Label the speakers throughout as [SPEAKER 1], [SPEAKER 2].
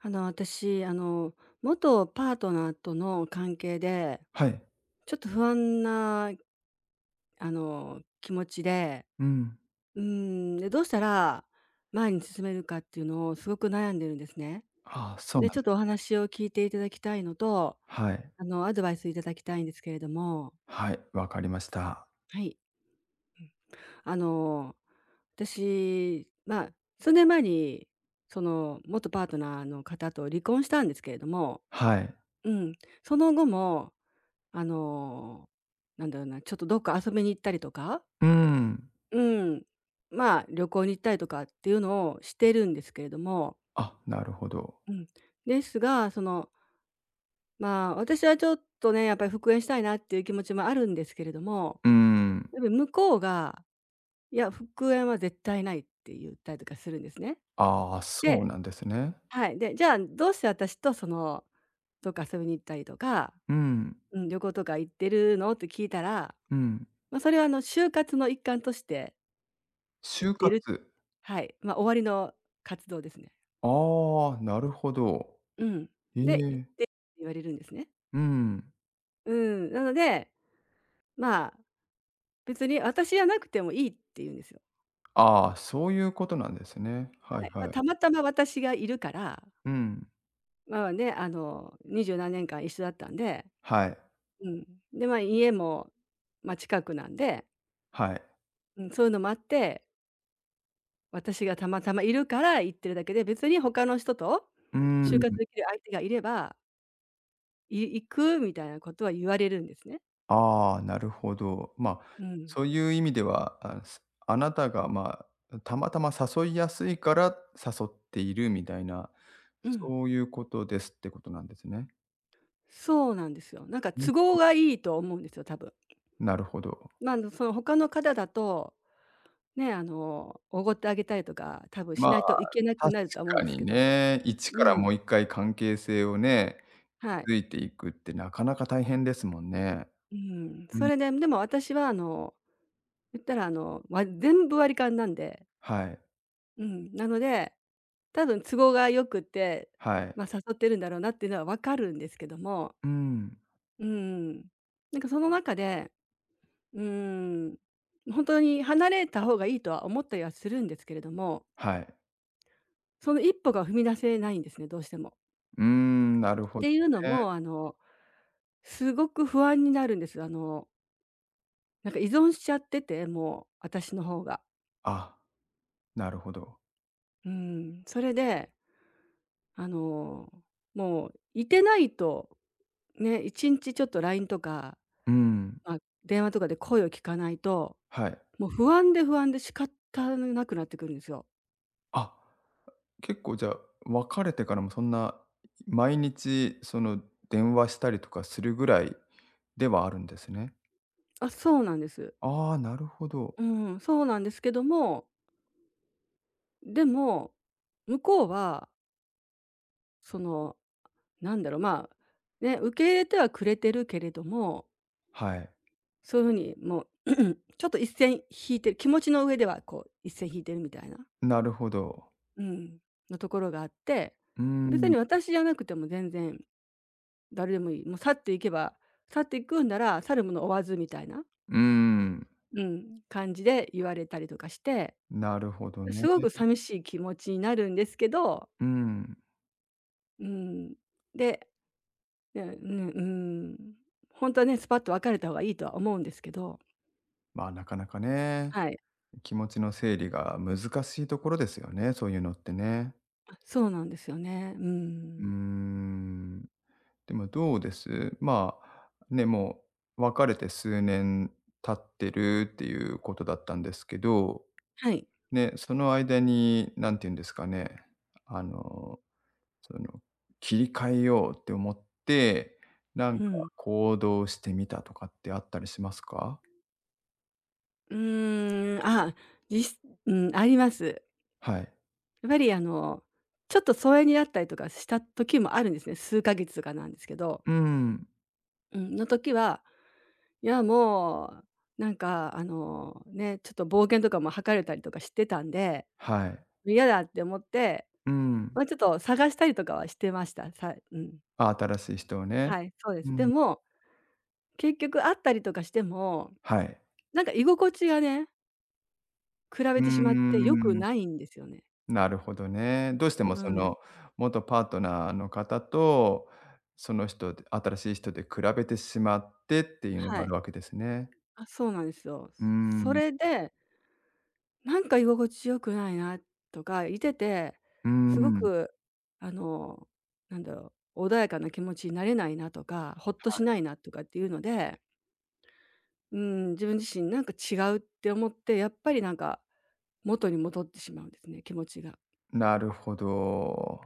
[SPEAKER 1] 私、元パートナーとの関係で、
[SPEAKER 2] はい。
[SPEAKER 1] ちょっと不安な、気持ちで、
[SPEAKER 2] うん。
[SPEAKER 1] うで、どうしたら前に進めるかっていうのをすごく悩んでるんですね。
[SPEAKER 2] ああ、そうな
[SPEAKER 1] で、
[SPEAKER 2] ん
[SPEAKER 1] ちょっ
[SPEAKER 2] で
[SPEAKER 1] とお
[SPEAKER 2] す。
[SPEAKER 1] 話を聞いていただきたいのと、
[SPEAKER 2] はい。
[SPEAKER 1] アドバイスいただきたいんですけれども、
[SPEAKER 2] はい、わかりました。
[SPEAKER 1] はい。あの、私、まあ、数年前に、その、元パートナーの方と離婚したんですけれども、
[SPEAKER 2] はい。
[SPEAKER 1] うん、その後も、あの、なんだろうな、ちょっとどっか遊びに行ったりとか、
[SPEAKER 2] うーん。
[SPEAKER 1] うん、まあ、旅行に行ったりとかっていうのをしてるんですけれども、
[SPEAKER 2] あ、なるほど。
[SPEAKER 1] うん、ですが、その、まあ、私はちょっとね、やっぱり復縁したいなっていう気持ちもあるんですけれども、
[SPEAKER 2] うーん。
[SPEAKER 1] やっぱり向こうが、いや、復縁は絶対ないって言ったりとかするんですね。
[SPEAKER 2] ああ、そう
[SPEAKER 1] で、
[SPEAKER 2] なんですね。
[SPEAKER 1] はい。で、じゃあ、どうして私とその、どっか遊びに行ったりとか、
[SPEAKER 2] うん、
[SPEAKER 1] うん、旅行とか行ってるのって聞いたら、
[SPEAKER 2] うん。
[SPEAKER 1] まあ、それは就活の一環として行っ
[SPEAKER 2] 就
[SPEAKER 1] て
[SPEAKER 2] 活。
[SPEAKER 1] るはい、まあ、終わりの活動ですね。
[SPEAKER 2] ああ、なるほど。
[SPEAKER 1] うん。
[SPEAKER 2] え
[SPEAKER 1] で、
[SPEAKER 2] え。
[SPEAKER 1] 言われるんですね。
[SPEAKER 2] うん。
[SPEAKER 1] うん、なので、まあ、別に私じゃなくてもいいって言うんですよ。
[SPEAKER 2] ああ、そういうことなんですね。は
[SPEAKER 1] は
[SPEAKER 2] い
[SPEAKER 1] い。まあ、
[SPEAKER 2] はい。
[SPEAKER 1] たまたま私がいるから、
[SPEAKER 2] うん。
[SPEAKER 1] まあね、二十何年間一緒だったんで、
[SPEAKER 2] はい。
[SPEAKER 1] うん。で、家も、まあ、近くなんで、
[SPEAKER 2] はい。
[SPEAKER 1] うん、そういうのもあって、私がたまたまいるから行ってるだけで、別に他の人と
[SPEAKER 2] う
[SPEAKER 1] 就
[SPEAKER 2] ー
[SPEAKER 1] 活
[SPEAKER 2] ん。
[SPEAKER 1] できる相手がいれば、行くみたいなことは言われるんですね。
[SPEAKER 2] ああ、なるほど。
[SPEAKER 1] うん。
[SPEAKER 2] そういう意味では、あなたが、まあ、たまたま誘いやすいから誘っているみたいな、
[SPEAKER 1] うん。
[SPEAKER 2] そういうことですってことなんですね。
[SPEAKER 1] そうなんですよ。なんか
[SPEAKER 2] うん、
[SPEAKER 1] 都合がいいと思うんですよ、多分。
[SPEAKER 2] なるほど。
[SPEAKER 1] まあ、その他の方だと、ね、おごってあげたりとか、多分し
[SPEAKER 2] まあ、
[SPEAKER 1] ないといけなく
[SPEAKER 2] 確
[SPEAKER 1] なるとは思うん
[SPEAKER 2] か
[SPEAKER 1] です
[SPEAKER 2] に
[SPEAKER 1] けど。
[SPEAKER 2] ね、一か
[SPEAKER 1] う
[SPEAKER 2] らも
[SPEAKER 1] ん、
[SPEAKER 2] う一回関係性をね、
[SPEAKER 1] はい。
[SPEAKER 2] 築いていくってなかなか大変ですもんね。
[SPEAKER 1] うん、
[SPEAKER 2] う
[SPEAKER 1] そ
[SPEAKER 2] ん、
[SPEAKER 1] れで、でも私は言ったら全部割り勘なんで、
[SPEAKER 2] はい、
[SPEAKER 1] うん、なので、多分都合が良くて、
[SPEAKER 2] はい。
[SPEAKER 1] まあ、誘ってるんだろうなっていうのはわかるんですけども、
[SPEAKER 2] うん、
[SPEAKER 1] うん。なんかその中で、うーん、本当に離れた方がいいとは思ったりはするんですけれども
[SPEAKER 2] はい。
[SPEAKER 1] その一歩が踏み出せないんですね、どうしても。
[SPEAKER 2] うーん、なる
[SPEAKER 1] っ
[SPEAKER 2] ほど
[SPEAKER 1] ていうの
[SPEAKER 2] ね。
[SPEAKER 1] も、すごく不安になるんです。なんか依存しちゃってて、もう私の方が。
[SPEAKER 2] あ、なるほど。
[SPEAKER 1] うん、それで、あの、もういてないと、ね、1日ちょっと LINE とか、
[SPEAKER 2] うん、
[SPEAKER 1] まあ、電話とかで声を聞かないと、
[SPEAKER 2] はい。
[SPEAKER 1] もう不安で不安で仕方なくなってくるんですよ。
[SPEAKER 2] あ、結構じゃあ、別れてからもそんな、毎日その電話したりとかするぐらいではあるんですね。
[SPEAKER 1] あ、そうなんです。
[SPEAKER 2] ああ、なるほど。
[SPEAKER 1] うん、そうなんですけども、でも、向こうは、そのなんだろう、まあ、ね、受け入れてはくれてるけれども、
[SPEAKER 2] はい。
[SPEAKER 1] そういう風にもう、ちょっと一線引いてる、気持ちの上ではこう一線引いてるみたいな、
[SPEAKER 2] なるほど。
[SPEAKER 1] うん、のところがあって、
[SPEAKER 2] うー
[SPEAKER 1] 別
[SPEAKER 2] ん。
[SPEAKER 1] に私じゃなくても全然誰でもいい。もう去っていけば、去っていくんなら去るもの追わずみたいな、
[SPEAKER 2] うーん。
[SPEAKER 1] うん、感じで言われたりとかして、
[SPEAKER 2] なるほどね。
[SPEAKER 1] すごく寂しい気持ちになるんですけど、
[SPEAKER 2] うん。
[SPEAKER 1] うん、で、ね、ん、本当はね、スパッと別れた方がいいとは思うんですけど、
[SPEAKER 2] まあ、なかなかね、
[SPEAKER 1] はい。
[SPEAKER 2] 気持ちの整理が難しいところですよね、そういうのってね。
[SPEAKER 1] そうなんですよね。う
[SPEAKER 2] うー
[SPEAKER 1] ん。
[SPEAKER 2] ん。でもどうです？まあ、ね、もう別れて数年経ってるっていうことだったんですけど
[SPEAKER 1] はい。
[SPEAKER 2] ね、その間に、何て言うんですかね、あの、その、切り替えようって思って、なん
[SPEAKER 1] う
[SPEAKER 2] か
[SPEAKER 1] ん。
[SPEAKER 2] 行動してみたとかってあったりしますか？
[SPEAKER 1] うーん、あ、じすうん、あります。
[SPEAKER 2] はい。
[SPEAKER 1] やっぱりちょっと疎遠になったりとかした時もあるんですね。数ヶ月とかなんですけど。
[SPEAKER 2] うん。
[SPEAKER 1] うん、の時は、いやもう、なんかね、ちょっと冒険とかもはかれたりとかしてたんで、
[SPEAKER 2] はい。
[SPEAKER 1] 嫌だって思って、
[SPEAKER 2] うん。
[SPEAKER 1] ま、ちょっと探したりとかはしてました。うん。
[SPEAKER 2] あ、新しい人をね。
[SPEAKER 1] はい、そうで
[SPEAKER 2] う
[SPEAKER 1] す。で
[SPEAKER 2] ん。
[SPEAKER 1] も、結局会ったりとかしても、
[SPEAKER 2] はい。
[SPEAKER 1] なんか居心地がね比
[SPEAKER 2] う
[SPEAKER 1] べ
[SPEAKER 2] ー
[SPEAKER 1] てしまって良く
[SPEAKER 2] ん。
[SPEAKER 1] ないんですよね。
[SPEAKER 2] なるほどね。どうしても
[SPEAKER 1] う
[SPEAKER 2] そ
[SPEAKER 1] ん。
[SPEAKER 2] の、元パートナーの方と、その人で新しい人で比べてしまってっていうの
[SPEAKER 1] は
[SPEAKER 2] がある
[SPEAKER 1] い。
[SPEAKER 2] わけですね。
[SPEAKER 1] あ、そうなんですよ。
[SPEAKER 2] うー
[SPEAKER 1] そ
[SPEAKER 2] ん。
[SPEAKER 1] れで、なんか居心地良くないなとか、いてて、
[SPEAKER 2] うー
[SPEAKER 1] すご
[SPEAKER 2] ん。
[SPEAKER 1] くあの、なんだろう、穏やかな気持ちになれないなとか、ほっとしないなとかっていうので、うん、自分自身なんか違うって思って、やっぱりなんか元に戻ってしまうんですね、気持ちが。
[SPEAKER 2] なるほど。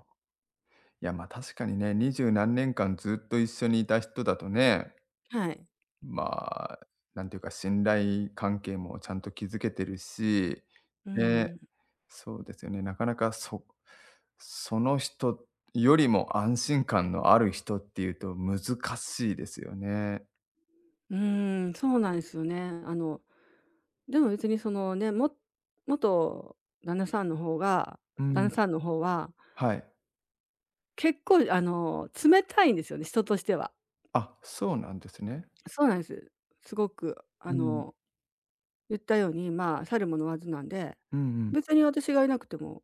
[SPEAKER 2] いや、確かにね、二十何年間ずっと一緒にいた人だとね、
[SPEAKER 1] はい。
[SPEAKER 2] まあ、なんていうか、信頼関係もちゃんと築けてるし、
[SPEAKER 1] う
[SPEAKER 2] ね、
[SPEAKER 1] ん。
[SPEAKER 2] そうですよね、なかなかその人よりも安心感のある人っていうと難しいですよね。
[SPEAKER 1] うん、そうなんですよね。でも別にそのね、元旦那さんの方が
[SPEAKER 2] う
[SPEAKER 1] 旦那
[SPEAKER 2] ん、
[SPEAKER 1] さんの方は、
[SPEAKER 2] はい。
[SPEAKER 1] 結構冷たいんですよね、人としては。
[SPEAKER 2] あ、そうなんですね。
[SPEAKER 1] そうなんです。すごく
[SPEAKER 2] うん。
[SPEAKER 1] 言ったように、まあ、去るものはずなんで、
[SPEAKER 2] うんうん。
[SPEAKER 1] 別に私がいなくても、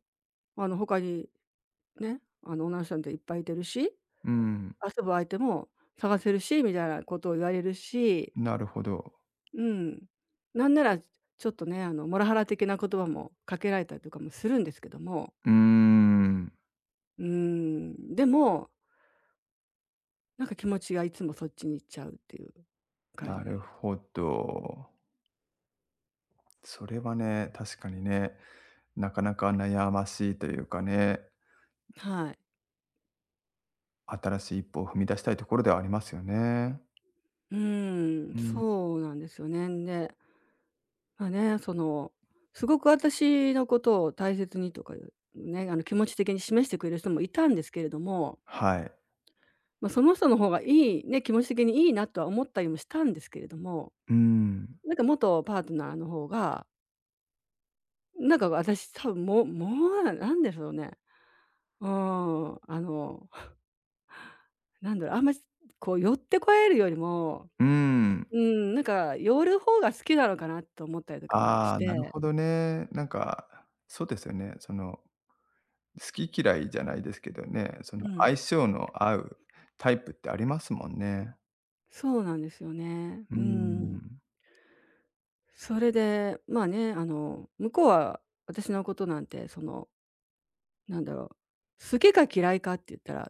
[SPEAKER 1] 他にね、女の人なんていっぱいいてるし、
[SPEAKER 2] うん、
[SPEAKER 1] 遊ぶ相手も探せるしみたいなことを言われるし、
[SPEAKER 2] なるほど。
[SPEAKER 1] うん。なんならちょっとね、モラハラ的な言葉もかけられたりとかもするんですけども
[SPEAKER 2] うーん、
[SPEAKER 1] でも、なんか気持ちがいつもそっちに行っちゃうっていう感じ
[SPEAKER 2] な
[SPEAKER 1] なん
[SPEAKER 2] る
[SPEAKER 1] です。
[SPEAKER 2] ほど。それはね、確かにね、なかなか悩ましいというかね、
[SPEAKER 1] はい。
[SPEAKER 2] 新しい一歩を踏み出したいところではありますよね。
[SPEAKER 1] うーん、
[SPEAKER 2] うん。
[SPEAKER 1] そうなんですよね。で、まあね、その、すごく私のことを大切にとかいう、ね、気持ち的に示してくれる人もいたんですけれども、
[SPEAKER 2] はい。
[SPEAKER 1] まあ、その人の方がいいね、気持ち的にいいなとは思ったりもしたんですけれども、
[SPEAKER 2] うん。
[SPEAKER 1] なんか元パートナーの方が、なんか私多分もう、なんでしょうね。うん、なんだろう、あんまりこう寄ってこられるよりも、
[SPEAKER 2] うん。
[SPEAKER 1] うん、なんか寄る方が好きなのかなと思ったりとかもし
[SPEAKER 2] ああ、なる
[SPEAKER 1] て、
[SPEAKER 2] ほどね。なんか、そうですよね。その、好き嫌いじゃないですけどね、そ
[SPEAKER 1] う
[SPEAKER 2] の相
[SPEAKER 1] ん、
[SPEAKER 2] 性の合うタイプってありますもんね。
[SPEAKER 1] そうなんですよね。
[SPEAKER 2] うー
[SPEAKER 1] うん。
[SPEAKER 2] ん。
[SPEAKER 1] それで、まあね、向こうは私のことなんて、その、なんだろう、好きか嫌いかって言ったら、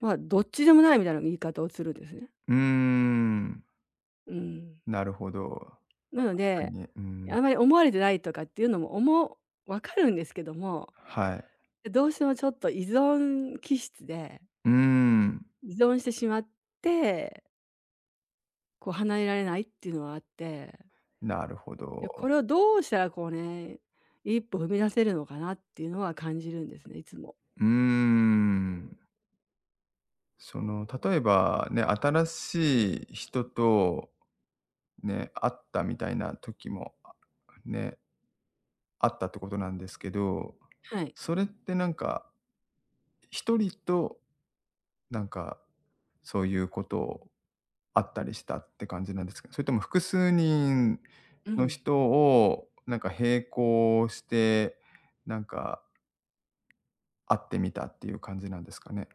[SPEAKER 1] まあ、どっちでもないみたいな言い方をするんですね。
[SPEAKER 2] うーん。
[SPEAKER 1] うん。
[SPEAKER 2] なるほど。
[SPEAKER 1] なの
[SPEAKER 2] 確か
[SPEAKER 1] で、
[SPEAKER 2] に、うん。
[SPEAKER 1] あまり思われてないとかっていうのも分かるんですけども、
[SPEAKER 2] はい。
[SPEAKER 1] どうしてもちょっと依存気質で
[SPEAKER 2] うーん。
[SPEAKER 1] 依存してしまって、こう離れられないっていうのはあって、
[SPEAKER 2] なるほ
[SPEAKER 1] い
[SPEAKER 2] ど。
[SPEAKER 1] や、これをどうしたらこうね、一歩踏み出せるのかなっていうのは感じるんですね、いつも。
[SPEAKER 2] うーん。例えばね、新しい人とね、会ったみたいな時も、ね、あったってことなんですけど、
[SPEAKER 1] はい。
[SPEAKER 2] それってなんか、一人となんか、そういうことをあったりしたって感じなんですか？それとも複数人
[SPEAKER 1] う
[SPEAKER 2] の
[SPEAKER 1] ん。
[SPEAKER 2] 人をなんか並行して、なんか会ってみたっていう感じなんですかね？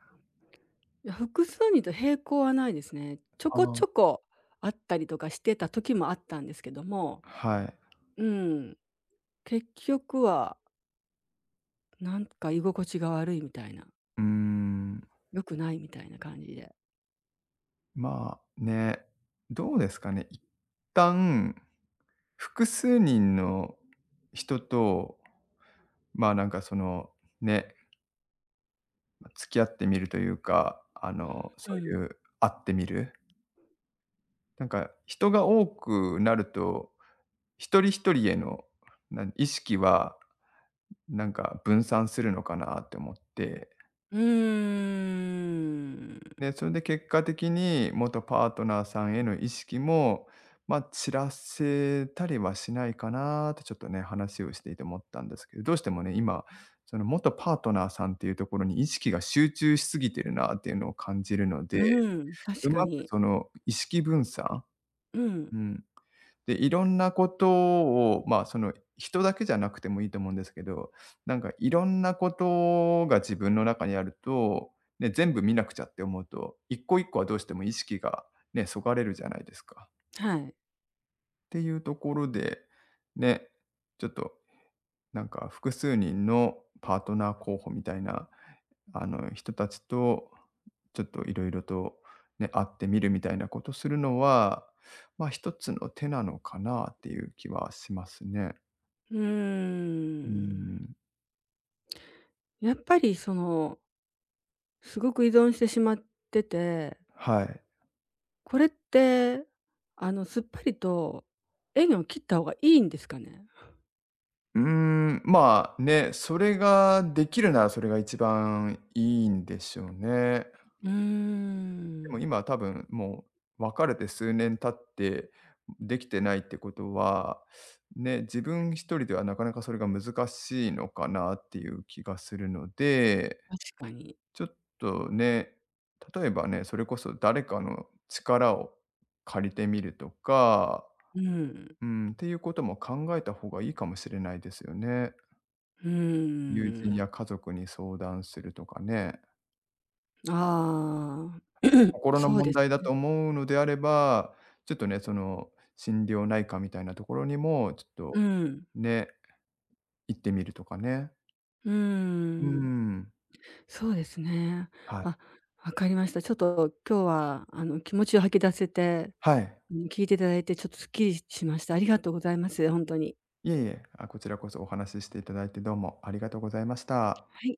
[SPEAKER 1] いや、複数人と並行はないですね。ちょ
[SPEAKER 2] あ
[SPEAKER 1] こちょ
[SPEAKER 2] あ。
[SPEAKER 1] こあったりとかしてた時もあったんですけども、
[SPEAKER 2] はい。
[SPEAKER 1] うん、結局はなんか居心地が悪いみたいな、
[SPEAKER 2] うーん。
[SPEAKER 1] 良くないみたいな感じで。
[SPEAKER 2] まあ、ね、どうですかね。一旦、複数人の人と、まあ、なんかその、ね、付き合ってみるというか、
[SPEAKER 1] う
[SPEAKER 2] そう
[SPEAKER 1] ん。
[SPEAKER 2] いう会ってみる。なんか人が多くなると、一人一人への、意識は、なんか分散するのかなって思って
[SPEAKER 1] うーん。
[SPEAKER 2] で、それで結果的に元パートナーさんへの意識も、まあ、散らせたりはしないかなってちょっとね、話をしていて思ったんですけど、どうしてもね、今、その元パートナーさんっていうところに意識が集中しすぎてるなっていうのを感じるので、
[SPEAKER 1] うん、確
[SPEAKER 2] う
[SPEAKER 1] か
[SPEAKER 2] まく
[SPEAKER 1] に。
[SPEAKER 2] その意識分散
[SPEAKER 1] うん、
[SPEAKER 2] うん。で、いろんなことを、まあ、その、人だけじゃなくてもいいと思うんですけど、なんかいろんなことが自分の中にあると、ね、全部見なくちゃって思うと、一個一個はどうしても意識がね、そがれるじゃないですか。
[SPEAKER 1] はい。
[SPEAKER 2] っていうところで、ね、ちょっとなんか複数人のパートナー候補みたいなあの、人たちと、ちょっといろいろとね、会ってみるみたいなことするのは、まあ、一つの手なのかなっていう気はしますね。
[SPEAKER 1] うー
[SPEAKER 2] う
[SPEAKER 1] ん。
[SPEAKER 2] ん、
[SPEAKER 1] やっぱりその、すごく依存してしまってて、
[SPEAKER 2] はい。
[SPEAKER 1] これって、すっぱりと縁を切った方がいいんですかね？
[SPEAKER 2] うーん、まあ、ね、それができるならそれが一番いいんでしょうね。
[SPEAKER 1] うー
[SPEAKER 2] でも
[SPEAKER 1] ん、
[SPEAKER 2] 今多分もう別れて数年経って、できてないってことは、ね、自分一人ではなかなかそれが難しいのかなっていう気がするので
[SPEAKER 1] 確かに。
[SPEAKER 2] ちょっとね、例えばね、それこそ誰かの力を借りてみるとか、
[SPEAKER 1] うん。
[SPEAKER 2] うん、っていうことも考えた方がいいかもしれないですよね。
[SPEAKER 1] う
[SPEAKER 2] 友人
[SPEAKER 1] ーん。
[SPEAKER 2] や家族に相談するとかね。
[SPEAKER 1] ああ、
[SPEAKER 2] 心の
[SPEAKER 1] そう
[SPEAKER 2] 問
[SPEAKER 1] です
[SPEAKER 2] 題だ
[SPEAKER 1] ね。
[SPEAKER 2] と思うのであれば、ちょっとね、その心療内科みたいなところにも、ちょっ
[SPEAKER 1] う
[SPEAKER 2] と
[SPEAKER 1] ん。
[SPEAKER 2] ね、行ってみるとかね。
[SPEAKER 1] うー
[SPEAKER 2] う
[SPEAKER 1] ん。
[SPEAKER 2] ん。
[SPEAKER 1] そうですね。
[SPEAKER 2] はい。
[SPEAKER 1] あ、わかりました。ちょっと今日は、気持ちを吐き出せて、
[SPEAKER 2] はい。
[SPEAKER 1] うん、聞いていただいてちょっとすっきりしました。ありがとうございます、本当に。
[SPEAKER 2] いえいえ、あ、こちらこそお話ししていただいてどうもありがとうございました。
[SPEAKER 1] はい。